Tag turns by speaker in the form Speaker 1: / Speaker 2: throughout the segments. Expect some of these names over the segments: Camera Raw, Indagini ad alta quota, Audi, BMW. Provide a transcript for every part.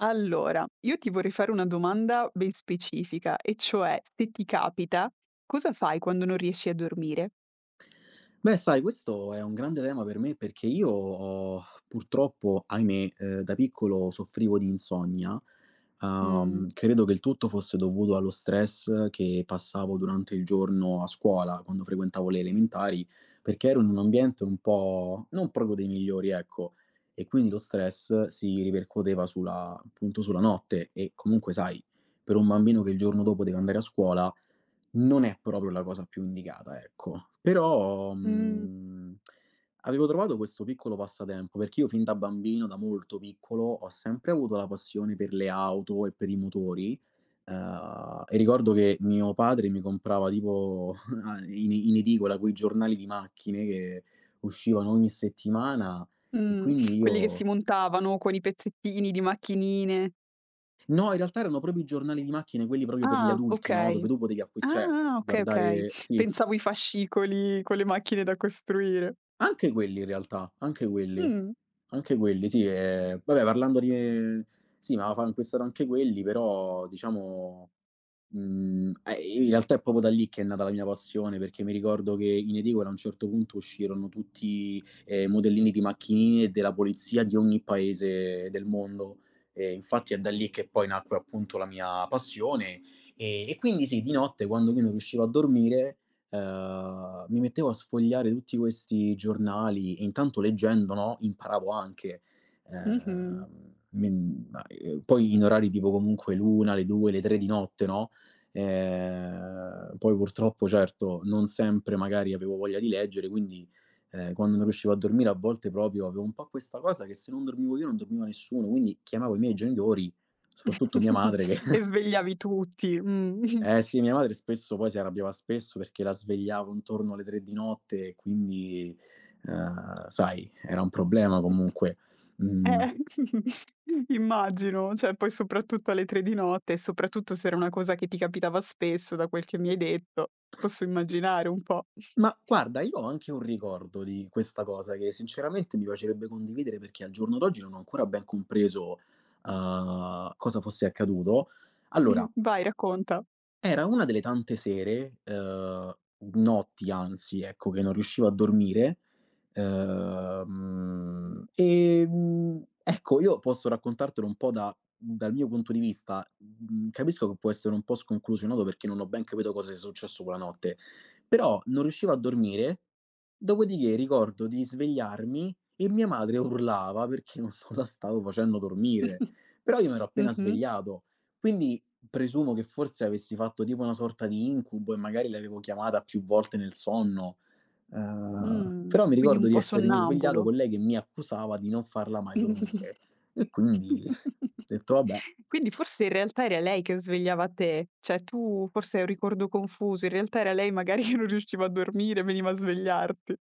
Speaker 1: Allora, io ti vorrei fare una domanda ben specifica, e cioè, se ti capita, cosa fai quando non riesci a dormire?
Speaker 2: Beh, sai, questo è un grande tema per me perché io ho purtroppo, ahimè, da piccolo soffrivo di insonnia.
Speaker 1: Mh.
Speaker 2: Credo che il tutto fosse dovuto allo stress che passavo durante il giorno a scuola, quando frequentavo le elementari, perché ero in un ambiente un po' non proprio dei migliori, ecco, e quindi lo stress si ripercuoteva sulla appunto, sulla notte e comunque sai, per un bambino che il giorno dopo deve andare a scuola, non è proprio la cosa più indicata, ecco. Però,
Speaker 1: Mh.
Speaker 2: avevo trovato questo piccolo passatempo, perché io fin da bambino, da molto piccolo, ho sempre avuto la passione per le auto e per i motori, e ricordo che mio padre mi comprava tipo a in in edicola quei giornali di macchine che uscivano ogni settimana e
Speaker 1: mh,
Speaker 2: quindi
Speaker 1: quelli che si
Speaker 2: io
Speaker 1: montavano con i pezzettini di macchinine.
Speaker 2: no, in realtà erano proprio i giornali di macchine, quelli proprio per gli
Speaker 1: Ah,
Speaker 2: adulti, no, dove
Speaker 1: okay.
Speaker 2: tu potevi acquis cioè
Speaker 1: Ah, okay, okay.
Speaker 2: guardare sì.
Speaker 1: Pensavo i fascicoli con le macchine da costruire.
Speaker 2: Anche quelli in realtà,
Speaker 1: Mh.
Speaker 2: anche quelli sì, vabbè parlando di sì, ma fan questo anche quelli, però diciamo. In realtà è proprio da lì che è nata la mia passione, perché mi ricordo che in edicola a un certo punto uscirono tutti, modellini di macchinine della polizia di ogni paese del mondo. E infatti è da lì che poi nacque appunto la mia passione. E quindi sì, di notte quando io non riuscivo a dormire, mi mettevo a sfogliare tutti questi giornali e intanto leggendo, no, imparavo anche.
Speaker 1: Mh-mh.
Speaker 2: Poi in orari tipo comunque l'1, le 2, le 3 di notte, no. Poi purtroppo certo, non sempre magari avevo voglia di leggere, quindi, quando non riuscivo a dormire a volte proprio avevo un po' questa cosa che se non dormivo io non dormiva nessuno, quindi chiamavo i miei genitori, soprattutto mia madre che
Speaker 1: E svegliavi tutti. Mh.
Speaker 2: eh sì, mia madre spesso poi si arrabbiava spesso perché la svegliavo intorno alle 3 di notte e quindi, sai, era un problema comunque. Mhmm
Speaker 1: Eh, immagino, cioè poi soprattutto alle 3 di notte e soprattutto se era una cosa che ti capitava spesso da quel che mi hai detto, posso immaginare un po'.
Speaker 2: Ma guarda, io ho anche un ricordo di questa cosa che sinceramente mi piacerebbe condividere perché al giorno d'oggi non ho ancora ben compreso, cosa fosse accaduto. Allora,
Speaker 1: Vai, racconta.
Speaker 2: era una delle tante sere, notti anzi, ecco, che non riuscivo a dormire. Ecco, io posso raccontartelo un po' da dal mio punto di vista. Mhmm, Capisco che può essere un po' sconclusionato perché non ho ben capito cosa sia successo quella notte, però non riuscivo a dormire, dopodiché ricordo di svegliarmi e mia madre urlava perché non non la stavo facendo dormire. Però io mi ero appena
Speaker 1: Mh-mh.
Speaker 2: svegliato, quindi presumo che forse avessi fatto tipo una sorta di incubo e magari l'avevo chiamata più volte nel sonno. Però mi
Speaker 1: Quindi
Speaker 2: ricordo
Speaker 1: un
Speaker 2: di
Speaker 1: po'
Speaker 2: essermi svegliato
Speaker 1: sonnambulo.
Speaker 2: con lei che mi accusava di non farla mai dormire e quindi ho detto: "Vabbè".
Speaker 1: Quindi forse in realtà era lei che svegliava te, cioè tu forse hai un ricordo confuso, in realtà era lei magari che non riusciva a dormire, veniva a svegliarti.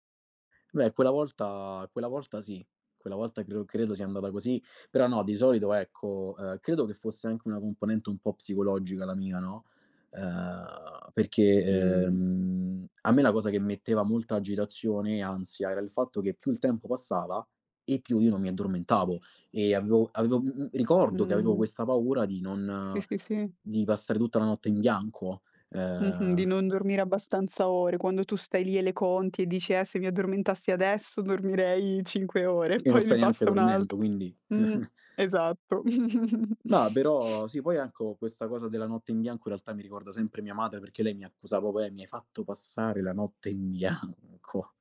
Speaker 2: Beh, quella volta sì, quella volta credo sia andata così, però no, di solito ecco, credo che fosse anche una componente un po' psicologica la mia, no, perché,
Speaker 1: Mh.
Speaker 2: a me la cosa che metteva molta agitazione e ansia era il fatto che più il tempo passava e più io non mi addormentavo e avevo avevo m m ricordo che avevo
Speaker 1: Mh.
Speaker 2: questa paura di non
Speaker 1: Sì, sì, sì.
Speaker 2: di passare tutta la notte in bianco,
Speaker 1: Mh-mh,
Speaker 2: ehm,
Speaker 1: di non dormire abbastanza ore, quando tu stai lì e le conti e dici: se mi addormentassi adesso dormirei 5 ore",
Speaker 2: e non
Speaker 1: poi
Speaker 2: stai
Speaker 1: ne
Speaker 2: neanche
Speaker 1: passa
Speaker 2: dormendo,
Speaker 1: un'altra.
Speaker 2: quindi
Speaker 1: Mh, esatto.
Speaker 2: no, però sì, poi anche co questa cosa della notte in bianco in realtà mi ricorda sempre mia madre, perché lei mi accusava: "Vabbè, mi hai fatto passare la notte in bianco".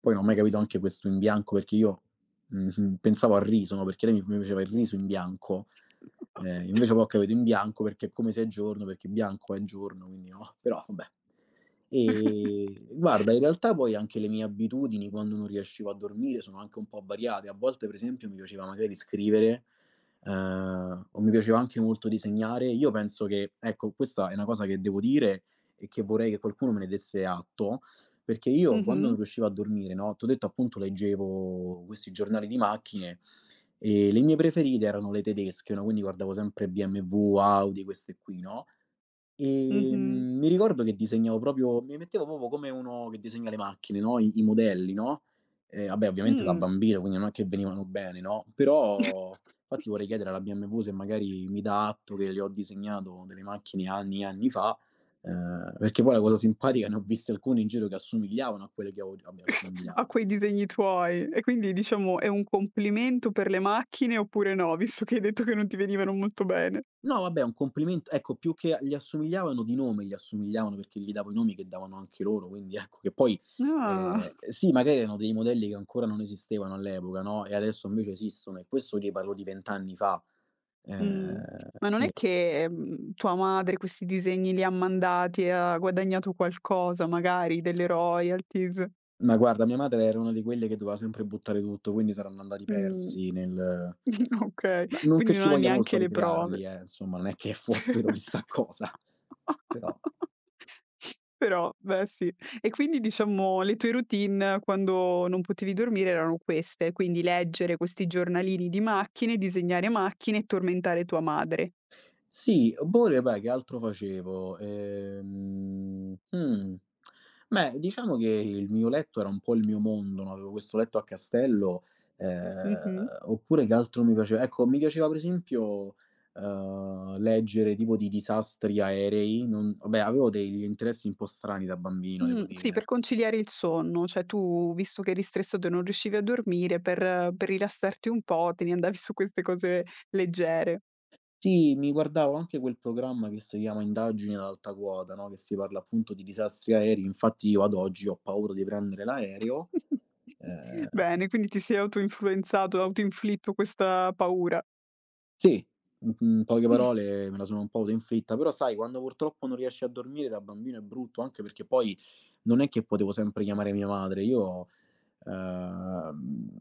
Speaker 2: Poi non ho mai capito anche questo in bianco, perché io, pensavo al riso, no, perché lei mi faceva il riso in bianco, invece poi ho capito in bianco perché è come se è giorno, perché bianco è giorno, quindi no, però vabbè. Guarda, in realtà poi anche le mie abitudini quando non riuscivo a dormire sono anche un po' variate. A volte, per esempio, mi piaceva magari scrivere, o mi piaceva anche molto disegnare. Io penso che ecco, questa è una cosa che devo dire e che vorrei che qualcuno me ne desse atto perché io quando
Speaker 1: Mh-mh,
Speaker 2: non riuscivo a dormire, no, t'ho detto appunto leggevo questi giornali di macchine e le mie preferite erano le tedesche, no, quindi guardavo sempre BMW, Audi, queste qui, no.
Speaker 1: mh-mh,
Speaker 2: Mi ricordo che disegnavo proprio mi mettevo proprio come uno che disegna le macchine, no, i modelli, no, vabbè ovviamente da
Speaker 1: mh.
Speaker 2: bambino, quindi non è che venivano bene, no, però infatti vorrei chiedere alla BMW se magari mi dà atto che le ho disegnato delle macchine anni e anni fa, perché poi la cosa simpatica ne ho viste alcune in giro che assomigliavano a quelle che ho vabbè
Speaker 1: A
Speaker 2: assomigliavano.
Speaker 1: quei disegni tuoi. E quindi diciamo è un complimento per le macchine oppure no, visto che hai detto che non ti venivano molto bene?
Speaker 2: No vabbè, un complimento ecco più che gli assomigliavano di nome, gli assomigliavano perché gli davo i nomi che davano anche loro, quindi ecco che poi,
Speaker 1: Ah.
Speaker 2: sì magari erano dei modelli che ancora non esistevano all'epoca, no, e adesso invece esistono e questo ti parlo di 20 anni fa.
Speaker 1: Mh.
Speaker 2: Ehm,
Speaker 1: Ma non è
Speaker 2: e
Speaker 1: che, tua madre questi disegni li ha mandati e ha guadagnato qualcosa, magari delle royalties?
Speaker 2: ma guarda mia madre era una di quelle che doveva sempre buttare tutto, quindi saranno andati
Speaker 1: Mh,
Speaker 2: persi nel
Speaker 1: okay,
Speaker 2: ma non che
Speaker 1: quindi non
Speaker 2: ci
Speaker 1: ha
Speaker 2: voglia molto
Speaker 1: neanche
Speaker 2: a
Speaker 1: le prove.
Speaker 2: ricrearli insomma, non è che fossero chissà cosa, però
Speaker 1: Però, beh sì. E quindi diciamo le tue routine quando non potevi dormire erano queste, quindi leggere questi giornalini di macchine, disegnare macchine e tormentare tua madre.
Speaker 2: sì, oppure beh, che altro facevo? Beh, diciamo che il mio letto era un po' il mio mondo, no, avevo questo letto a castello,
Speaker 1: Mh-mh.
Speaker 2: oppure che altro mi piaceva? Ecco, mi piaceva per esempio, leggere tipo di disastri aerei, non vabbè, avevo degli interessi un po' strani da bambino, devo dire,
Speaker 1: Sì,
Speaker 2: eh.
Speaker 1: per conciliare il sonno, cioè tu, visto che eri stressato e non riuscivi a dormire, per rilassarti un po' te ne andavi su queste cose leggere.
Speaker 2: Sì, mi guardavo anche quel programma che si chiama Indagini ad alta quota, no, che si parla appunto di disastri aerei, infatti io ad oggi ho paura di prendere l'aereo. Ehm,
Speaker 1: Bene, quindi ti sei autoinfluenzato, autoinflitto questa paura.
Speaker 2: sì, in poche parole me la sono un po' auto-inflitta, però sai quando purtroppo non riesci a dormire da bambino è brutto, anche perché poi non è che potevo sempre chiamare mia madre. Io, ehm,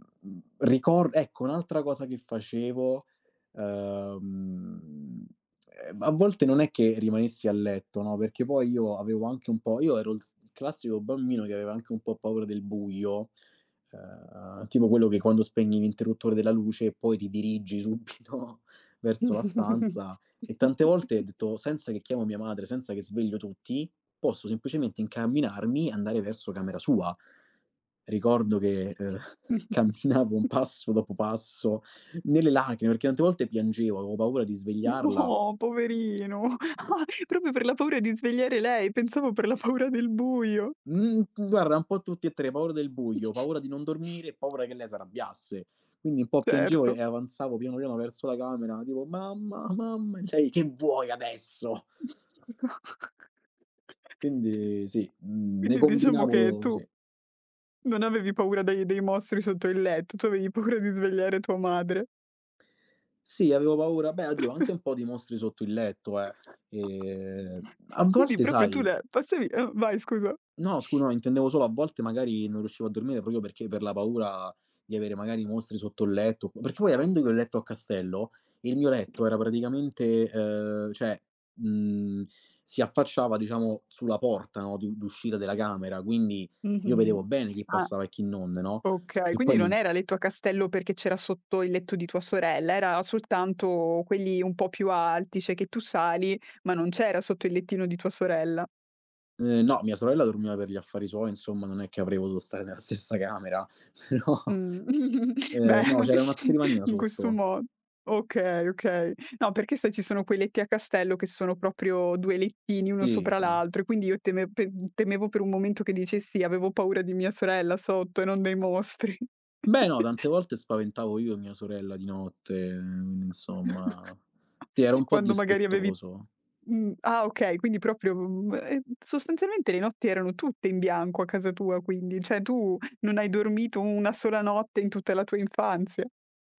Speaker 2: ricor ecco un'altra cosa che facevo, ehm, a volte non è che rimanessi a letto, no, perché poi io avevo anche un po' io ero il classico bambino che aveva anche un po' paura del buio. Tipo quello che quando spegni l'interruttore della luce poi ti dirigi subito verso la stanza e tante volte ho detto: "Senza che chiamo mia madre, senza che sveglio tutti, posso semplicemente incamminarmi e andare verso camera sua". Ricordo che, camminavo un passo dopo passo nelle lacrime, perché tante volte piangevo, avevo paura di svegliarla.
Speaker 1: No, poverino. Ah, proprio per la paura di svegliare lei, pensavo per la paura del buio.
Speaker 2: Mhmm, Guarda un po' tutti e 3, paura del buio, paura di non dormire e paura che lei s'arrabbiasse. Quindi un po' piangevo
Speaker 1: Certo.
Speaker 2: e avanzavo piano piano verso la camera, tipo: "Mamma, mamma" e lei: "Che vuoi adesso?" Quindi sì, ne
Speaker 1: Quindi diciamo che
Speaker 2: combinavo
Speaker 1: tu
Speaker 2: sì.
Speaker 1: non avevi paura dei mostri sotto il letto, tu avevi paura di svegliare tua madre.
Speaker 2: Sì, avevo paura beh, oddio, anche un po' di mostri sotto il letto, eh. A
Speaker 1: Quindi
Speaker 2: volte
Speaker 1: proprio tu
Speaker 2: sai.
Speaker 1: la passavi ah, vai scusa.
Speaker 2: No, scu no, intendevo solo a volte magari non riuscivo a dormire proprio perché per la paura di avere magari i mostri sotto il letto, perché poi avendo io il letto a castello, il mio letto era praticamente, cioè, mhmm, si affacciava diciamo sulla porta, no, d'uscita della camera, quindi io vedevo
Speaker 1: Mh-mh.
Speaker 2: bene chi
Speaker 1: Ah,
Speaker 2: passava e chi non, no,
Speaker 1: okay,
Speaker 2: che
Speaker 1: quindi
Speaker 2: poi
Speaker 1: non
Speaker 2: non
Speaker 1: era letto a castello perché c'era sotto il letto di tua sorella, era soltanto quelli un po' più alti, cioè che tu sali, ma non c'era sotto il lettino di tua sorella.
Speaker 2: no, mia sorella dormiva per gli affari suoi, insomma, non è che avrei potuto stare nella stessa camera, però,
Speaker 1: Mh.
Speaker 2: no,
Speaker 1: Beh,
Speaker 2: c'era una scrivania
Speaker 1: in questo
Speaker 2: sotto.
Speaker 1: modo. Okay, okay. No, perché sai ci sono quei letti a castello che sono proprio 2 lettini uno
Speaker 2: Sì,
Speaker 1: sopra
Speaker 2: sì.
Speaker 1: l'altro e quindi io temevo per un momento che dicessi: "Avevo paura di mia sorella sotto e non dei mostri."
Speaker 2: Beh no, tante volte spaventavo io e mia sorella di notte, quindi insomma sì, ero un po'
Speaker 1: Quando magari avevi
Speaker 2: dispettoso.
Speaker 1: ah okay, quindi proprio, sostanzialmente le notti erano tutte in bianco a casa tua quindi, cioè tu non hai dormito una sola notte in tutta la tua infanzia.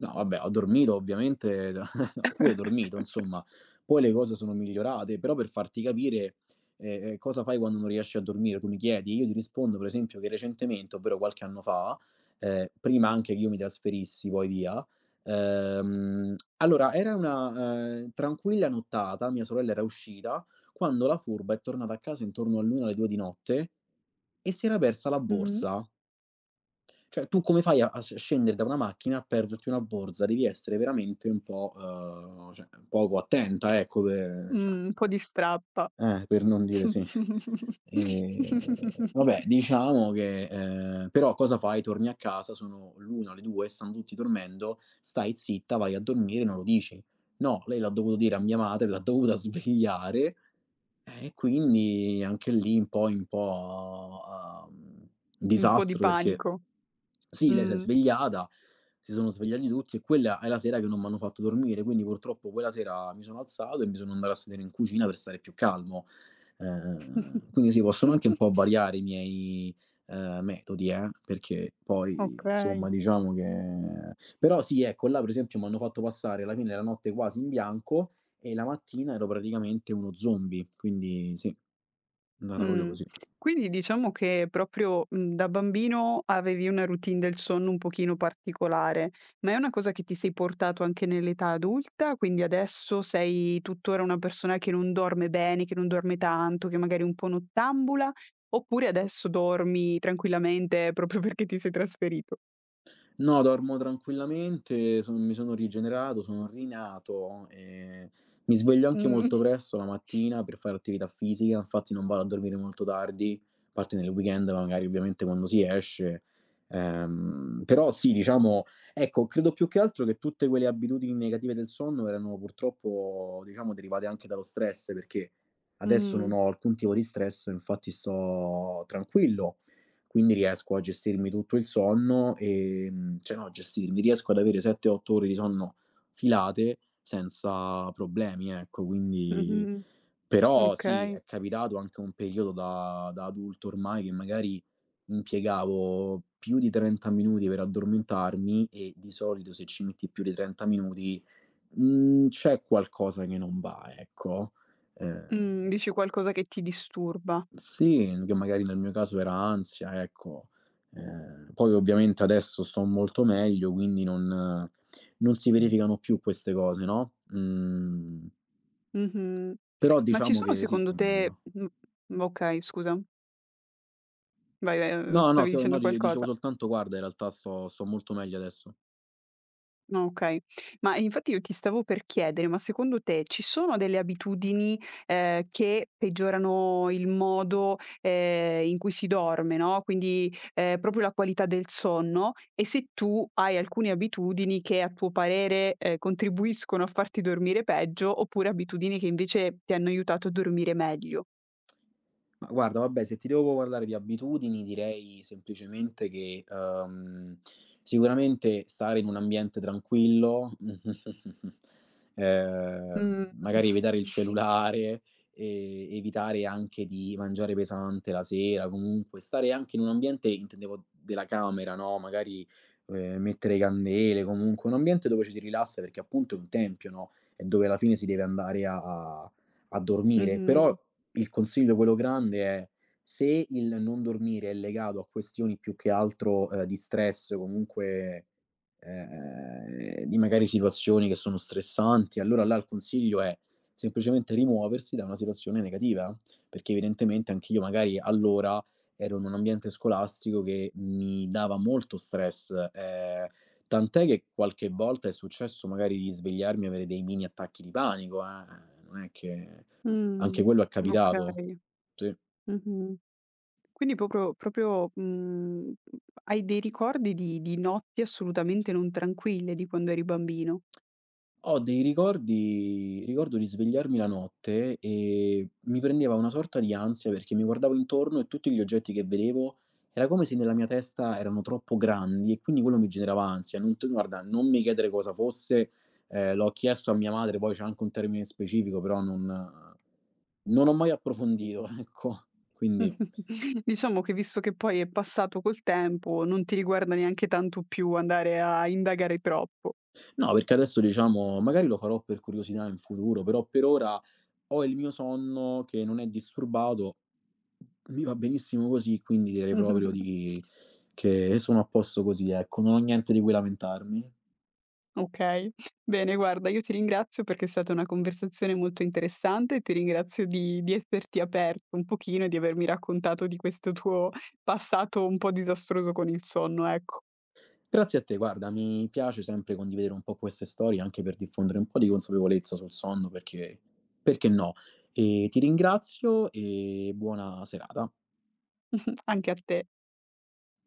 Speaker 2: No, vabbè, ho dormito ovviamente, ho pure dormito insomma. Poi le cose sono migliorate, però per farti capire, cosa fai quando non riesci a dormire, tu mi chiedi, io ti rispondo per esempio che recentemente, ovvero qualche anno fa, prima anche che io mi trasferissi poi via, allora era una, tranquilla nottata, mia sorella era uscita, quando la furba è tornata a casa intorno all'1, alle 2 di notte e si era persa la
Speaker 1: Mh.
Speaker 2: borsa. Cioè, tu come fai a a sc scendere da una macchina a perderti una borsa? Devi essere veramente un po' cioè, poco attenta, ecco, per cioè
Speaker 1: Un po' di strappa.
Speaker 2: per non dire sì. Vabbè diciamo che però cosa fai? Torni a casa, sono l'1, le 2, stanno tutti dormendo, stai zitta, vai a dormire, non lo dici. No, lei l'ha dovuto dire a mia madre, l'ha dovuta svegliare, e quindi anche lì un po' uhm,
Speaker 1: Un po' di
Speaker 2: disastro perché
Speaker 1: panico.
Speaker 2: sì, lei s'è
Speaker 1: Mh.
Speaker 2: svegliata si sono svegliati tutti e quella è la sera che non m'hanno fatto dormire, quindi purtroppo quella sera mi sono alzato e mi sono andato a sedere in cucina per stare più calmo. Quindi sì, possono anche un po' variare i miei, metodi, perché poi insomma
Speaker 1: Okay.
Speaker 2: diciamo che però sì, ecco, là per esempio m'hanno fatto passare alla fine la notte quasi in bianco e la mattina ero praticamente uno zombie, quindi sì, è andata proprio
Speaker 1: Mh.
Speaker 2: così.
Speaker 1: Quindi diciamo che proprio, da bambino avevi una routine del sonno un pochino particolare, ma è una cosa che ti sei portato anche nell'età adulta? Quindi adesso sei tuttora una persona che non dorme bene, che non dorme tanto, che magari è un po' nottambula, oppure adesso dormi tranquillamente proprio perché ti sei trasferito?
Speaker 2: No, dormo tranquillamente, son mi sono rigenerato, sono rinato, mi sveglio anche molto
Speaker 1: Mh.
Speaker 2: presto la mattina per fare attività fisica, infatti non vado a dormire molto tardi, a parte nel weekend ma magari ovviamente quando si esce. Però sì, diciamo ecco, credo più che altro che tutte quelle abitudini negative del sonno erano purtroppo, diciamo, derivate anche dallo stress, perché adesso non
Speaker 1: Mh.
Speaker 2: ho alcun tipo di stress, infatti sto tranquillo, quindi riesco a gestirmi tutto il sonno e cioè no, gestirmi, riesco ad avere 7, 8 ore di sonno filate senza problemi, ecco. Quindi
Speaker 1: Mh-mh.
Speaker 2: però sì,
Speaker 1: Okay.
Speaker 2: è capitato anche un periodo da adulto ormai che magari impiegavo più di 30 minuti per addormentarmi e di solito se ci metti più di 30 minuti, c'è qualcosa che non va, ecco. Ehm
Speaker 1: Dici qualcosa che ti disturba.
Speaker 2: sì, che magari nel mio caso era ansia, ecco. Poi ovviamente adesso sto molto meglio, quindi non non si verificano più queste cose, no,
Speaker 1: Mh-mh.
Speaker 2: però
Speaker 1: Ma ci
Speaker 2: diciamo
Speaker 1: sono
Speaker 2: che sì,
Speaker 1: secondo
Speaker 2: sto
Speaker 1: te
Speaker 2: meglio.
Speaker 1: okay, scusa. Vai, vai,
Speaker 2: No, no,
Speaker 1: stavi
Speaker 2: sto no,
Speaker 1: dicendo
Speaker 2: di dicevo
Speaker 1: qualcosa.
Speaker 2: soltanto guarda in realtà sto molto meglio adesso.
Speaker 1: No, okay. Ma infatti io ti stavo per chiedere, ma secondo te ci sono delle abitudini, che peggiorano il modo, in cui si dorme, no, quindi, proprio la qualità del sonno, e se tu hai alcune abitudini che a tuo parere, contribuiscono a farti dormire peggio, oppure abitudini che invece ti hanno aiutato a dormire meglio?
Speaker 2: Ma guarda, vabbè, se ti devo parlare di abitudini, direi semplicemente che, sicuramente stare in un ambiente tranquillo,
Speaker 1: Mh.
Speaker 2: magari evitare il cellulare, evitare anche di mangiare pesante la sera, comunque stare anche in un ambiente intendevo della camera, no, magari, mettere candele, comunque un ambiente dove ci si rilassa perché appunto è un tempio, no, è dove alla fine si deve andare a a dormire. Però
Speaker 1: Mh-mh.
Speaker 2: il consiglio quello grande è se il non dormire è legato a questioni più che altro, di stress, comunque, di magari situazioni che sono stressanti, allora là il consiglio è semplicemente rimuoversi da una situazione negativa, perché evidentemente anch'io magari allora ero in un ambiente scolastico che mi dava molto stress, tant'è che qualche volta è successo magari di svegliarmi e avere dei mini attacchi di panico, non è che anche
Speaker 1: Mh.
Speaker 2: quello è capitato.
Speaker 1: Okay.
Speaker 2: Sì.
Speaker 1: Mh-mh. Quindi proprio proprio, hai dei ricordi di notti assolutamente non tranquille di quando eri bambino.
Speaker 2: Ho dei ricordi Ricordo di svegliarmi la notte e mi prendeva una sorta di ansia perché mi guardavo intorno e tutti gli oggetti che vedevo era come se nella mia testa erano troppo grandi e quindi quello mi generava ansia. Non t Guarda, non mi chiedere cosa fosse, l'ho chiesto a mia madre, poi c'è anche un termine specifico, però non non ho mai approfondito, ecco. Quindi
Speaker 1: Diciamo che visto che poi è passato col tempo, non ti riguarda neanche tanto più andare a indagare troppo.
Speaker 2: no, perché adesso diciamo magari lo farò per curiosità in futuro, però per ora ho il mio sonno che non è disturbato. Mi va benissimo così, quindi direi proprio di che sono a posto così, ecco, non ho niente di cui lamentarmi.
Speaker 1: Okay. Bene, guarda, io ti ringrazio perché è stata una conversazione molto interessante e ti ringrazio di esserti aperto un pochino e di avermi raccontato di questo tuo passato un po' disastroso con il sonno, ecco.
Speaker 2: Grazie a te, guarda, mi piace sempre condividere un po' queste storie, anche per diffondere un po' di consapevolezza sul sonno perché perché no? Ti ringrazio e buona serata.
Speaker 1: Anche a te.